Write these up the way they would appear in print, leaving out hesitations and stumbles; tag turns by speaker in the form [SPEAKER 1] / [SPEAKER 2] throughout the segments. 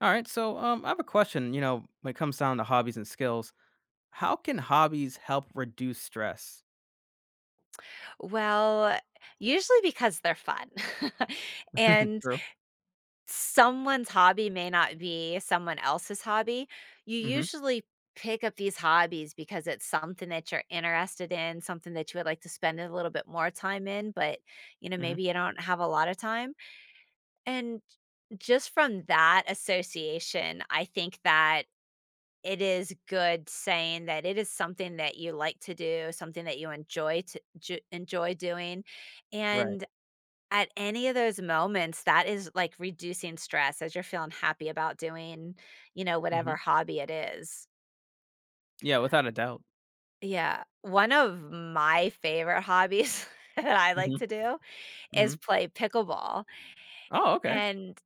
[SPEAKER 1] All right, I have a question. You know, when it comes down to hobbies and skills, how can hobbies help reduce stress?
[SPEAKER 2] Well, usually because they're fun. And
[SPEAKER 1] True.
[SPEAKER 2] someone's hobby may not be someone else's hobby. You
[SPEAKER 1] Mm-hmm.
[SPEAKER 2] usually pick up these hobbies because it's something that you're interested in, something that you would like to spend a little bit more time in, but you know,
[SPEAKER 1] Mm-hmm.
[SPEAKER 2] maybe you don't have a lot of time. And just from that association, I think that it is good saying that it is something that you like to do, something that you enjoy enjoy doing,
[SPEAKER 1] Right.
[SPEAKER 2] and at any of those moments, that is, like, reducing stress as you're feeling happy about doing,
[SPEAKER 1] Mm-hmm.
[SPEAKER 2] whatever hobby it is.
[SPEAKER 1] Yeah, without a doubt.
[SPEAKER 2] Yeah. One of my favorite hobbies that I like
[SPEAKER 1] Mm-hmm.
[SPEAKER 2] to do
[SPEAKER 1] Mm-hmm.
[SPEAKER 2] is play pickleball,
[SPEAKER 1] Oh, okay.
[SPEAKER 2] and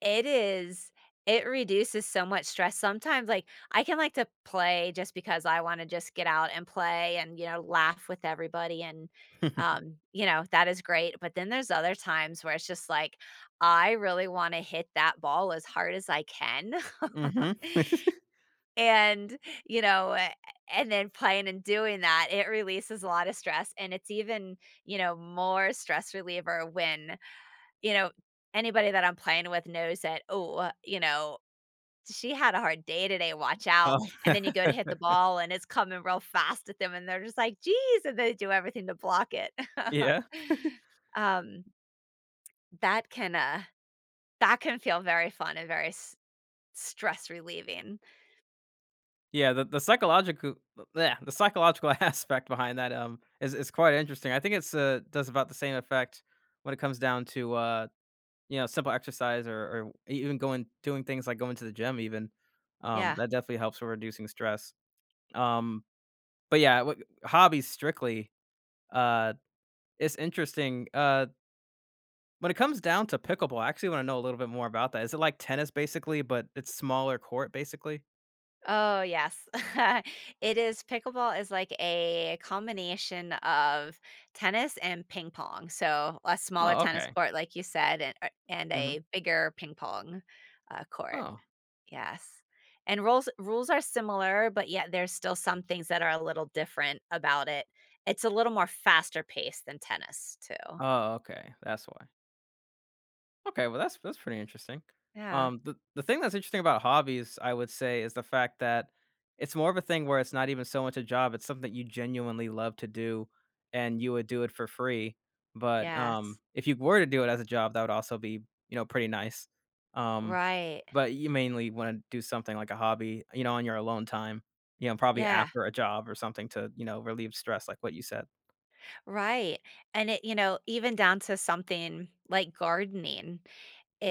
[SPEAKER 2] it is. It reduces so much stress. Sometimes, like, I can like to play just because I wanna just get out and play and, laugh with everybody and, that is great, but then there's other times where it's just like, I really wanna hit that ball as hard as I can.
[SPEAKER 1] Mm-hmm.
[SPEAKER 2] And, you know, a and then playing and doing that, it releases a lot of stress, and it's even, more stress reliever when, you know, anybody that I'm playing with knows that, "Oh, you know, she had a hard day today, watch
[SPEAKER 1] Oh,
[SPEAKER 2] out, and then you go to hit the ball and it's coming real fast at them and they're just like, "Geez," and they do everything to block it.
[SPEAKER 1] yeah,
[SPEAKER 2] Um, that can that can feel very fun and very s stress relieving.
[SPEAKER 1] yeah. The psychological, yeah, the psychological aspect behind that is quite interesting. I think it's does about the same effect when it comes down to, you know, simple exercise or even going doing things like going to the gym even, um,
[SPEAKER 2] Yeah.
[SPEAKER 1] that definitely helps with reducing stress. Um, but yeah, w hobbies strictly, uh, it's interesting, when it comes down to pickleball, I actually wanna know a little bit more about that. Is it like tennis basically, but it's smaller court basically?
[SPEAKER 2] Oh, yes. It is pickleball is like a combination of tennis and ping pong, so a smaller
[SPEAKER 1] Oh,
[SPEAKER 2] tennis
[SPEAKER 1] okay.
[SPEAKER 2] court, like you said, and
[SPEAKER 1] Mhm.
[SPEAKER 2] a bigger ping pong, court.
[SPEAKER 1] Oh.
[SPEAKER 2] Yes. And rules are similar, but yet there's still some things that are a little different about it. It's a little more faster paced than tennis too.
[SPEAKER 1] Oh, okay. That's why. Okay, well that's pretty interesting.
[SPEAKER 2] Yeah.
[SPEAKER 1] The thing that's interesting about hobbies, I would say, is the fact that it's more of a thing where it's not even so much a job. It's something you genuinely love to do, and you would do it for free. But
[SPEAKER 2] Yes.
[SPEAKER 1] if you were to do it as a job, that would also be, you know, pretty nice. Um,
[SPEAKER 2] Right.
[SPEAKER 1] but you mainly want to do something like a hobby, you know, on your alone time. You know, probably
[SPEAKER 2] Yeah.
[SPEAKER 1] after a job or something to, you know, relieve stress, like what you said.
[SPEAKER 2] Right. And it, you know, even down to something like gardening.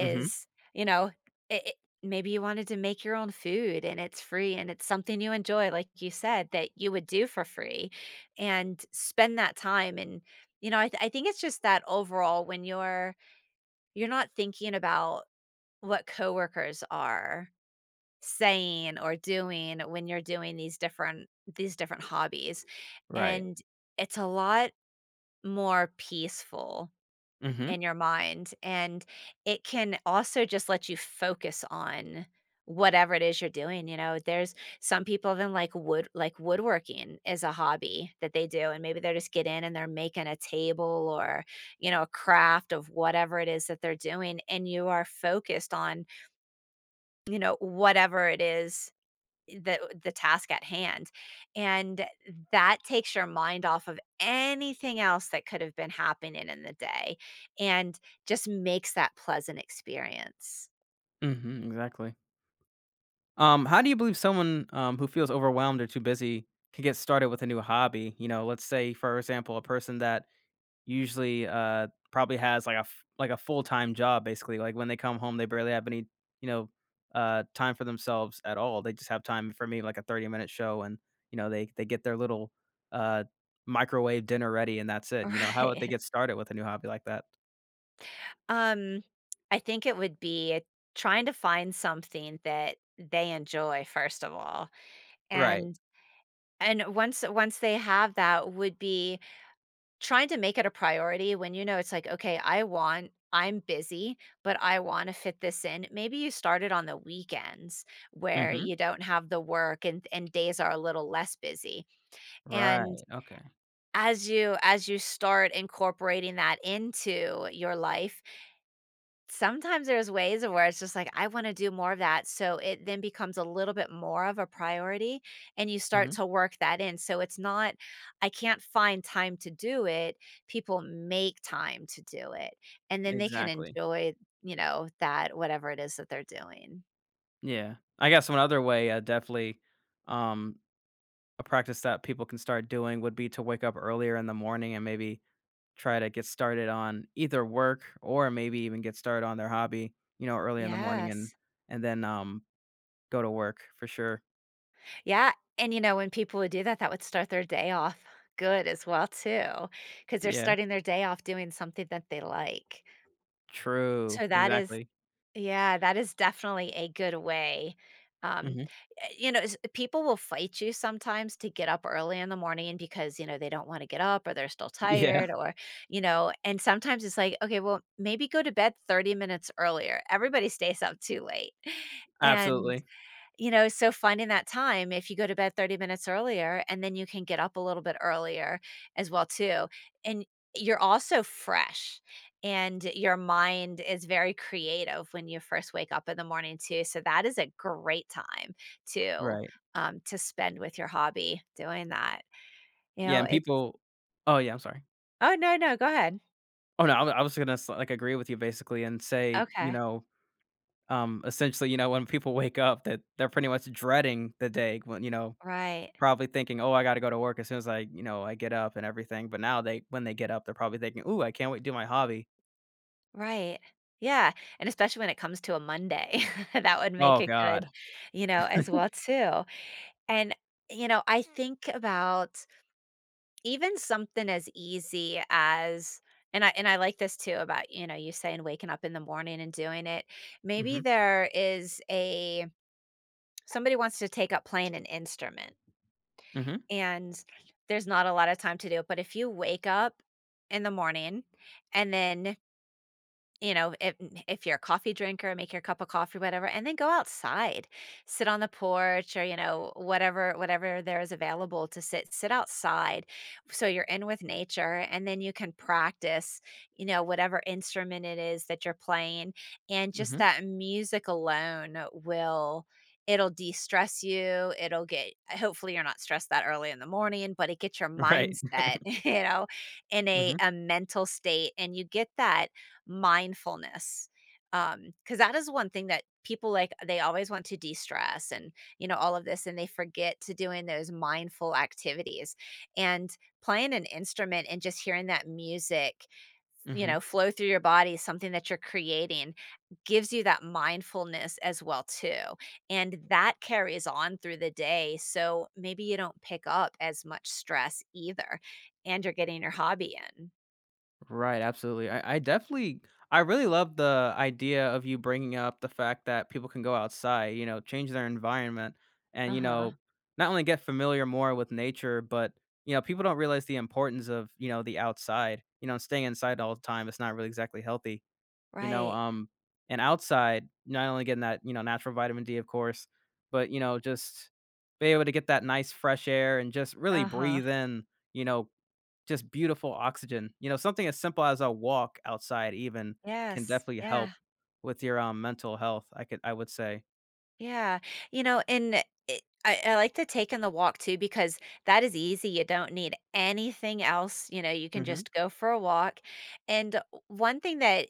[SPEAKER 1] Hmm.
[SPEAKER 2] you know, it maybe you wanted to make your own food and it's free and it's something you enjoy, like you said, that you would do for free and spend that time and, you know, I think it's just that overall when you're not thinking about what coworkers are saying or doing when you're doing these different hobbies,
[SPEAKER 1] Right.
[SPEAKER 2] and it's a lot more peaceful
[SPEAKER 1] Hmm.
[SPEAKER 2] in your mind, and it can also just let you focus on whatever it is you're doing, you know? There's some people even like woodworking is a hobby that they do, and maybe they're just get in and they're making a table or, you know, a craft of whatever it is that they're doing, and you are focused on, you know, whatever it is the task at hand, and that takes your mind off of anything else that could have been happening in the day and just makes that pleasant experience.
[SPEAKER 1] Hmm. Exactly. How do you believe someone, who feels overwhelmed or too busy can get started with a new hobby? You know, let's say, for example, a person that usually, probably has like a f- like a full time job, basically. Like when they come home, they barely have any, you know, time for themselves at all. They just have time for me like a 30 minute show, and you know they get their little, uh, microwave dinner ready, and that's it. You know, how would they
[SPEAKER 2] Right.
[SPEAKER 1] get started with a new hobby like that?
[SPEAKER 2] Um, I think it would be trying to find something that they enjoy first of all,
[SPEAKER 1] Right.
[SPEAKER 2] and and once they have that would be trying to make it a priority when you know it's like, "Okay, I'm busy, but I wanna fit this in." Maybe you start it on the weekends where
[SPEAKER 1] Mm-hmm.
[SPEAKER 2] you don't have the work and days are a little less busy, and
[SPEAKER 1] Right. Okay.
[SPEAKER 2] as you start incorporating that into your life, sometimes there's ways of where it's just like, I wanna do more of that, so it then becomes a little bit more of a priority, and you start
[SPEAKER 1] Mm-hmm.
[SPEAKER 2] to work that in, so it's not, "I can't find time to do it," people make time to do it, and then they can
[SPEAKER 1] Exactly.
[SPEAKER 2] enjoy, you know, that whatever it is that they're doing.
[SPEAKER 1] Yeah. I guess one other way, definitely, um, a practice that people can start doing would be to wake up earlier in the morning and maybe try to get started on either work or maybe even get started on their hobby, you know, early in the morning
[SPEAKER 2] Yes.
[SPEAKER 1] and then go to work for sure.
[SPEAKER 2] Yeah, and, you know, when people would do that, that would start their day off good as well too, because 'cause they're
[SPEAKER 1] Yeah.
[SPEAKER 2] starting their day off doing something that they like.
[SPEAKER 1] True.
[SPEAKER 2] So that is
[SPEAKER 1] Exactly.
[SPEAKER 2] yeah, that is definitely a good way. Um,
[SPEAKER 1] Hmm.
[SPEAKER 2] you know, s- people will fight you sometimes to get up early in the morning because, you know, they don't want to get up or they're still
[SPEAKER 1] Yeah.
[SPEAKER 2] tired or, you know, and sometimes it's like, okay, well, maybe go to bed 30 minutes earlier. Everybody stays up too late. And
[SPEAKER 1] Absolutely.
[SPEAKER 2] you know, so finding that time, if you go to bed 30 minutes earlier and then you can get up a little bit earlier as well too. And you're also fresh and your mind is very creative when you first wake up in the morning too. So that is a great time to
[SPEAKER 1] Right.
[SPEAKER 2] to spend with your hobby doing that. You
[SPEAKER 1] Yeah.
[SPEAKER 2] know,
[SPEAKER 1] And
[SPEAKER 2] it's
[SPEAKER 1] people. Oh yeah. I'm sorry.
[SPEAKER 2] oh, no, no, go ahead.
[SPEAKER 1] Oh no. I was gonna like agree with you basically and say, you
[SPEAKER 2] Okay.
[SPEAKER 1] know, um, essentially, you know, when people wake up that they're pretty much dreading the day when, you know,
[SPEAKER 2] Right.
[SPEAKER 1] probably thinking, "Oh, I gotta go to work as soon as I, you know, I get up and everything." But now they when they get up, they're probably thinking, "Ooh, I can't wait to do my hobby."
[SPEAKER 2] Right. Yeah, and especially when it comes to a Monday, that would make
[SPEAKER 1] Oh
[SPEAKER 2] it good,
[SPEAKER 1] god.
[SPEAKER 2] you know, as well too. And, you know, I think about even something as easy as and I like this too about, you know, you saying waking up in the morning and doing it. Maybe
[SPEAKER 1] Mhm.
[SPEAKER 2] there is a somebody wants to take up playing an instrument
[SPEAKER 1] Mhm.
[SPEAKER 2] and there's not a lot of time to do it, but if you wake up in the morning and then you know, if you're a coffee drinker, make your cup of coffee, whatever, and then go outside. Sit on the porch or, you know, whatever there is available to sit. Sit outside. So you're in with nature and then you can practice, you know, whatever instrument it is that you're playing. And just
[SPEAKER 1] Mhm.
[SPEAKER 2] that music alone will it'll de-stress you. It'll get hopefully you're not stressed that early in the morning, but it gets your
[SPEAKER 1] Right.
[SPEAKER 2] mindset, you know, in
[SPEAKER 1] Mhm.
[SPEAKER 2] a mental state and you get that mindfulness. Because that is one thing that people like they always want to de-stress and, you know, all of this, and they forget to doing those mindful activities. And playing an instrument and just hearing that music, you
[SPEAKER 1] Mhm.
[SPEAKER 2] know, flow through your body, something that you're creating, gives you that mindfulness as well too. And that carries on through the day, so maybe you don't pick up as much stress either, and you're getting your hobby in.
[SPEAKER 1] Right, absolutely. I definitely, I really love the idea of you bringing up the fact that people can go outside, you know, change their environment and, you
[SPEAKER 2] Uh-huh.
[SPEAKER 1] know, not only get familiar more with nature, but, you know, people don't realize the importance of, you know, the outside, you know, and staying inside all the time. It's not really exactly healthy, you know,
[SPEAKER 2] Right.
[SPEAKER 1] and outside, not only getting that, you know, natural vitamin D, of course, but, you know, just be able to get that nice fresh air and just really
[SPEAKER 2] Uh-huh.
[SPEAKER 1] breathe in, you know, just beautiful oxygen. You know, something as simple as a walk outside even can
[SPEAKER 2] Yes.
[SPEAKER 1] definitely help
[SPEAKER 2] Yeah.
[SPEAKER 1] with your, mental health, I could I would say.
[SPEAKER 2] Yeah. You know, and it, I like to take in the walk too because that is easy. You don't need anything else. You know, you can
[SPEAKER 1] Mhm,
[SPEAKER 2] just go for a walk. And one thing that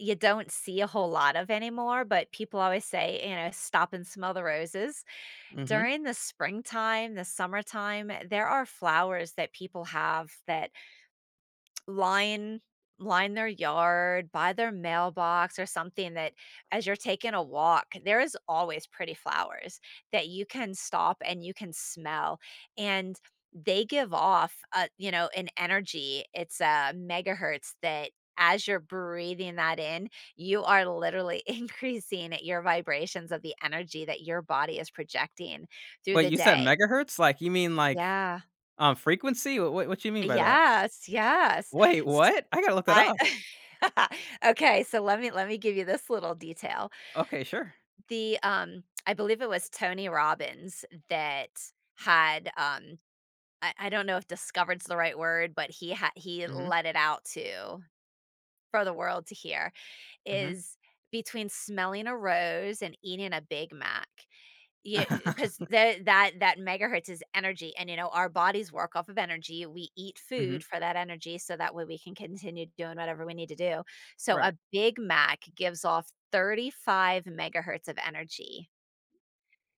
[SPEAKER 2] you don't see a whole lot of anymore, but people always say, you know, stop and smell the roses.
[SPEAKER 1] mhm.
[SPEAKER 2] During the springtime, the summertime, there are flowers that people have that line line their yard, by their mailbox or something that as you're taking a walk, there is always pretty flowers that you can stop and you can smell and they give off a you know, an energy. It's a megahertz that as you're breathing that in, you are literally increasing your vibrations of the energy that your body is projecting through
[SPEAKER 1] Wait,
[SPEAKER 2] the
[SPEAKER 1] you said
[SPEAKER 2] day.
[SPEAKER 1] megahertz? Like, you mean, like,
[SPEAKER 2] Yeah.
[SPEAKER 1] frequency? What you mean by that?
[SPEAKER 2] Yes, yes.
[SPEAKER 1] Wait, what? I gotta look that
[SPEAKER 2] I
[SPEAKER 1] up.
[SPEAKER 2] Okay, so let me give you this little detail.
[SPEAKER 1] Okay, sure.
[SPEAKER 2] The, I believe it was Tony Robbins that had, I don't know if "discovered's" the right word, but he
[SPEAKER 1] Mhm,
[SPEAKER 2] let it out to for the world to hear,
[SPEAKER 1] mhm.
[SPEAKER 2] is between smelling a rose and eating a Big Mac. Yeah, because
[SPEAKER 1] Mhm,
[SPEAKER 2] the that megahertz is energy, and, you know, our bodies work off of energy. We eat food for that energy so that way we can continue doing whatever we need to do. So a
[SPEAKER 1] right.
[SPEAKER 2] Big Mac gives off 35 megahertz of energy.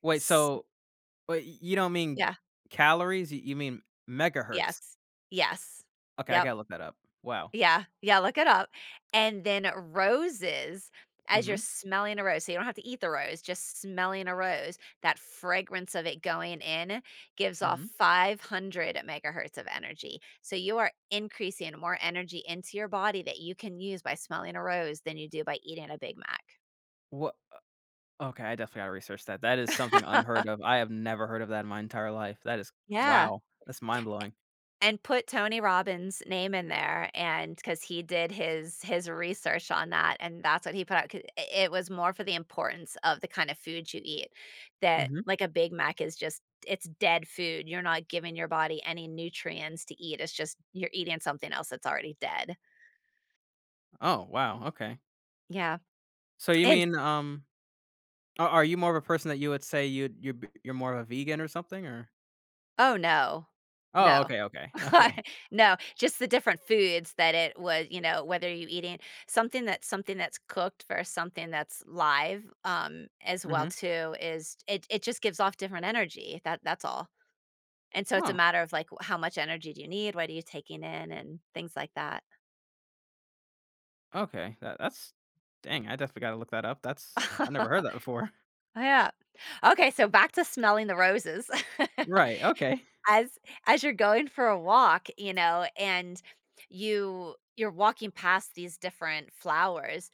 [SPEAKER 1] Wait,
[SPEAKER 2] S
[SPEAKER 1] so wait, y you don't mean
[SPEAKER 2] Yeah.
[SPEAKER 1] calories? You mean megahertz?
[SPEAKER 2] Yes. Yes.
[SPEAKER 1] Okay, I
[SPEAKER 2] Yep.
[SPEAKER 1] gotta look that up. Wow.
[SPEAKER 2] Yeah, yeah, look it up, and then roses, as you're
[SPEAKER 1] Mhm,
[SPEAKER 2] smelling a rose so you don't have to eat the rose, just smelling a rose, that fragrance of it going in gives off
[SPEAKER 1] mhm.
[SPEAKER 2] 500 megahertz of energy, so you are increasing more energy into your body that you can use by smelling a rose than you do by eating a Big Mac.
[SPEAKER 1] Okay, I definitely gotta research that. That is something unheard of. I have never heard of that in my entire life. That is
[SPEAKER 2] Yeah.
[SPEAKER 1] wow, that's mind blowing.
[SPEAKER 2] And put Tony Robbins' name in there, and because he did his research on that, and that's what he put out, 'cau I it was more for the importance of the kind of food you eat, that,
[SPEAKER 1] Mhm.
[SPEAKER 2] like, a Big Mac is just it's dead food, you're not giving your body any nutrients to eat, it's just you're eating something else that's already dead.
[SPEAKER 1] Oh, wow, okay.
[SPEAKER 2] Yeah,
[SPEAKER 1] So you
[SPEAKER 2] and
[SPEAKER 1] mean, a are you more of a person that you would say you're b you're more of a vegan or something, or?
[SPEAKER 2] oh, no.
[SPEAKER 1] Oh,
[SPEAKER 2] No.
[SPEAKER 1] okay, okay, okay.
[SPEAKER 2] No, just the different foods that it was, you know, whether you eating something that's cooked versus something that's live, as well
[SPEAKER 1] Mhm.
[SPEAKER 2] too, is it just gives off different energy. That's all. And so it's a
[SPEAKER 1] Oh,
[SPEAKER 2] matter of like how much energy do you need? What are you taking in and things like that.
[SPEAKER 1] okay. That's dang, I definitely gotta look that up. That's I never heard that before.
[SPEAKER 2] Yeah. Okay, so back to smelling the roses.
[SPEAKER 1] Right, okay.
[SPEAKER 2] As as you're going for a walk, you know, and you're walking past these different flowers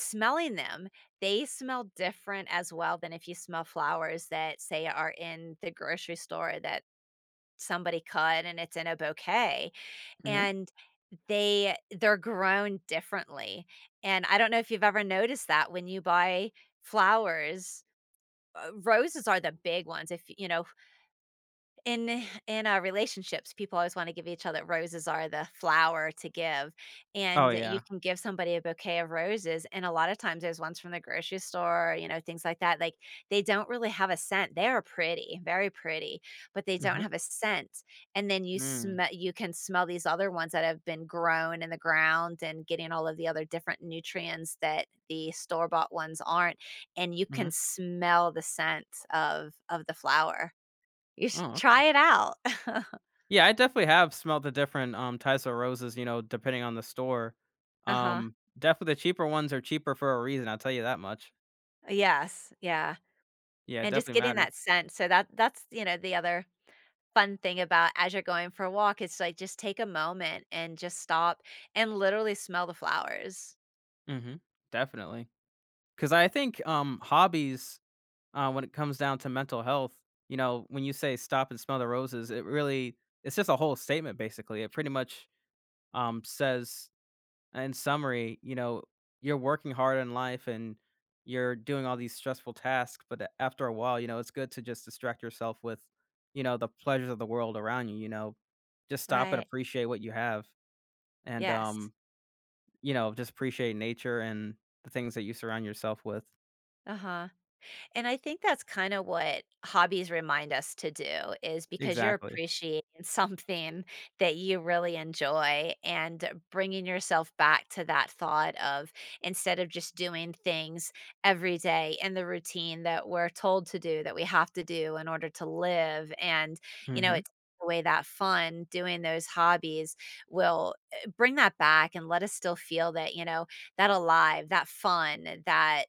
[SPEAKER 2] smelling them, they smell different as well than if you smell flowers that say are in the grocery store that somebody cut and it's in a bouquet
[SPEAKER 1] Mhm.
[SPEAKER 2] and they're grown differently. And I don't know if you've ever noticed that when you buy flowers, roses are the big ones. If you know, in our relationships people always want to give each other roses are the flower to give
[SPEAKER 1] Oh,
[SPEAKER 2] and you
[SPEAKER 1] yeah.
[SPEAKER 2] can give somebody a bouquet of roses and a lot of times there's ones from the grocery store you know things like that like they don't really have a scent they are pretty very pretty but they don't
[SPEAKER 1] Mhm.
[SPEAKER 2] have a scent and then
[SPEAKER 1] Mm.
[SPEAKER 2] you can smell these other ones that have been grown in the ground and getting all of the other different nutrients that the store bought ones aren't and you can
[SPEAKER 1] Mhm.
[SPEAKER 2] smell the scent of the flower you should
[SPEAKER 1] Oh, okay.
[SPEAKER 2] try it out.
[SPEAKER 1] Yeah, I definitely have smelled the different, types of roses, you know, depending on the store.
[SPEAKER 2] Uh-huh.
[SPEAKER 1] Definitely the cheaper ones are cheaper for a reason, I'll tell you that much.
[SPEAKER 2] Yes, yeah,
[SPEAKER 1] Yeah, it
[SPEAKER 2] and just
[SPEAKER 1] definitely
[SPEAKER 2] getting
[SPEAKER 1] matters.
[SPEAKER 2] that sense, so that that's, you know, the other fun thing about as you're going for a walk, it's like, just take a moment and just stop and literally smell the flowers.
[SPEAKER 1] Mhm. Because I think, hobbies, when it comes down to mental health, you know, when you say "Stop and smell the roses," it really it's just a whole statement, basically. It pretty much, says in summary, you know, you're working hard in life and you're doing all these stressful tasks, but a- after a while, you know, it's good to just distract yourself with, you know, the pleasures of the world around you, you know, just stop and
[SPEAKER 2] Right.
[SPEAKER 1] appreciate what you have and
[SPEAKER 2] Yes.
[SPEAKER 1] you know, just appreciate nature and the things that you surround yourself with.
[SPEAKER 2] Uh-huh. And I think that's kind of what hobbies remind us to do is because you're
[SPEAKER 1] Exactly.
[SPEAKER 2] appreciating something that you really enjoy and bringing yourself back to that thought of instead of just doing things every day in the routine that we're told to do, that we have to do in order to live. And, you know,
[SPEAKER 1] Mhm.
[SPEAKER 2] it's away that fun doing those hobbies will bring that back and let us still feel that you know that alive that fun that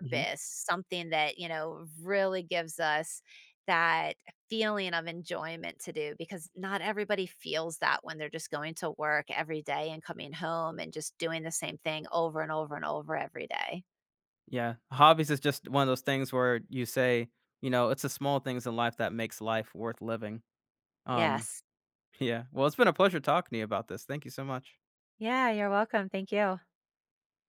[SPEAKER 1] Mhm.
[SPEAKER 2] something that, you know, really gives us that feeling of enjoyment to do because not everybody feels that when they're just going to work every day and coming home and just doing the same thing over and over and over every day.
[SPEAKER 1] Yeah. Hobbies is just one of those things where you say, you know, it's the small things in life that makes life worth living. Um,
[SPEAKER 2] Yes.
[SPEAKER 1] yeah. Well, it's been a pleasure talking to you about this. Thank you so much.
[SPEAKER 2] Yeah, you're welcome. Thank you.
[SPEAKER 1] Mhm.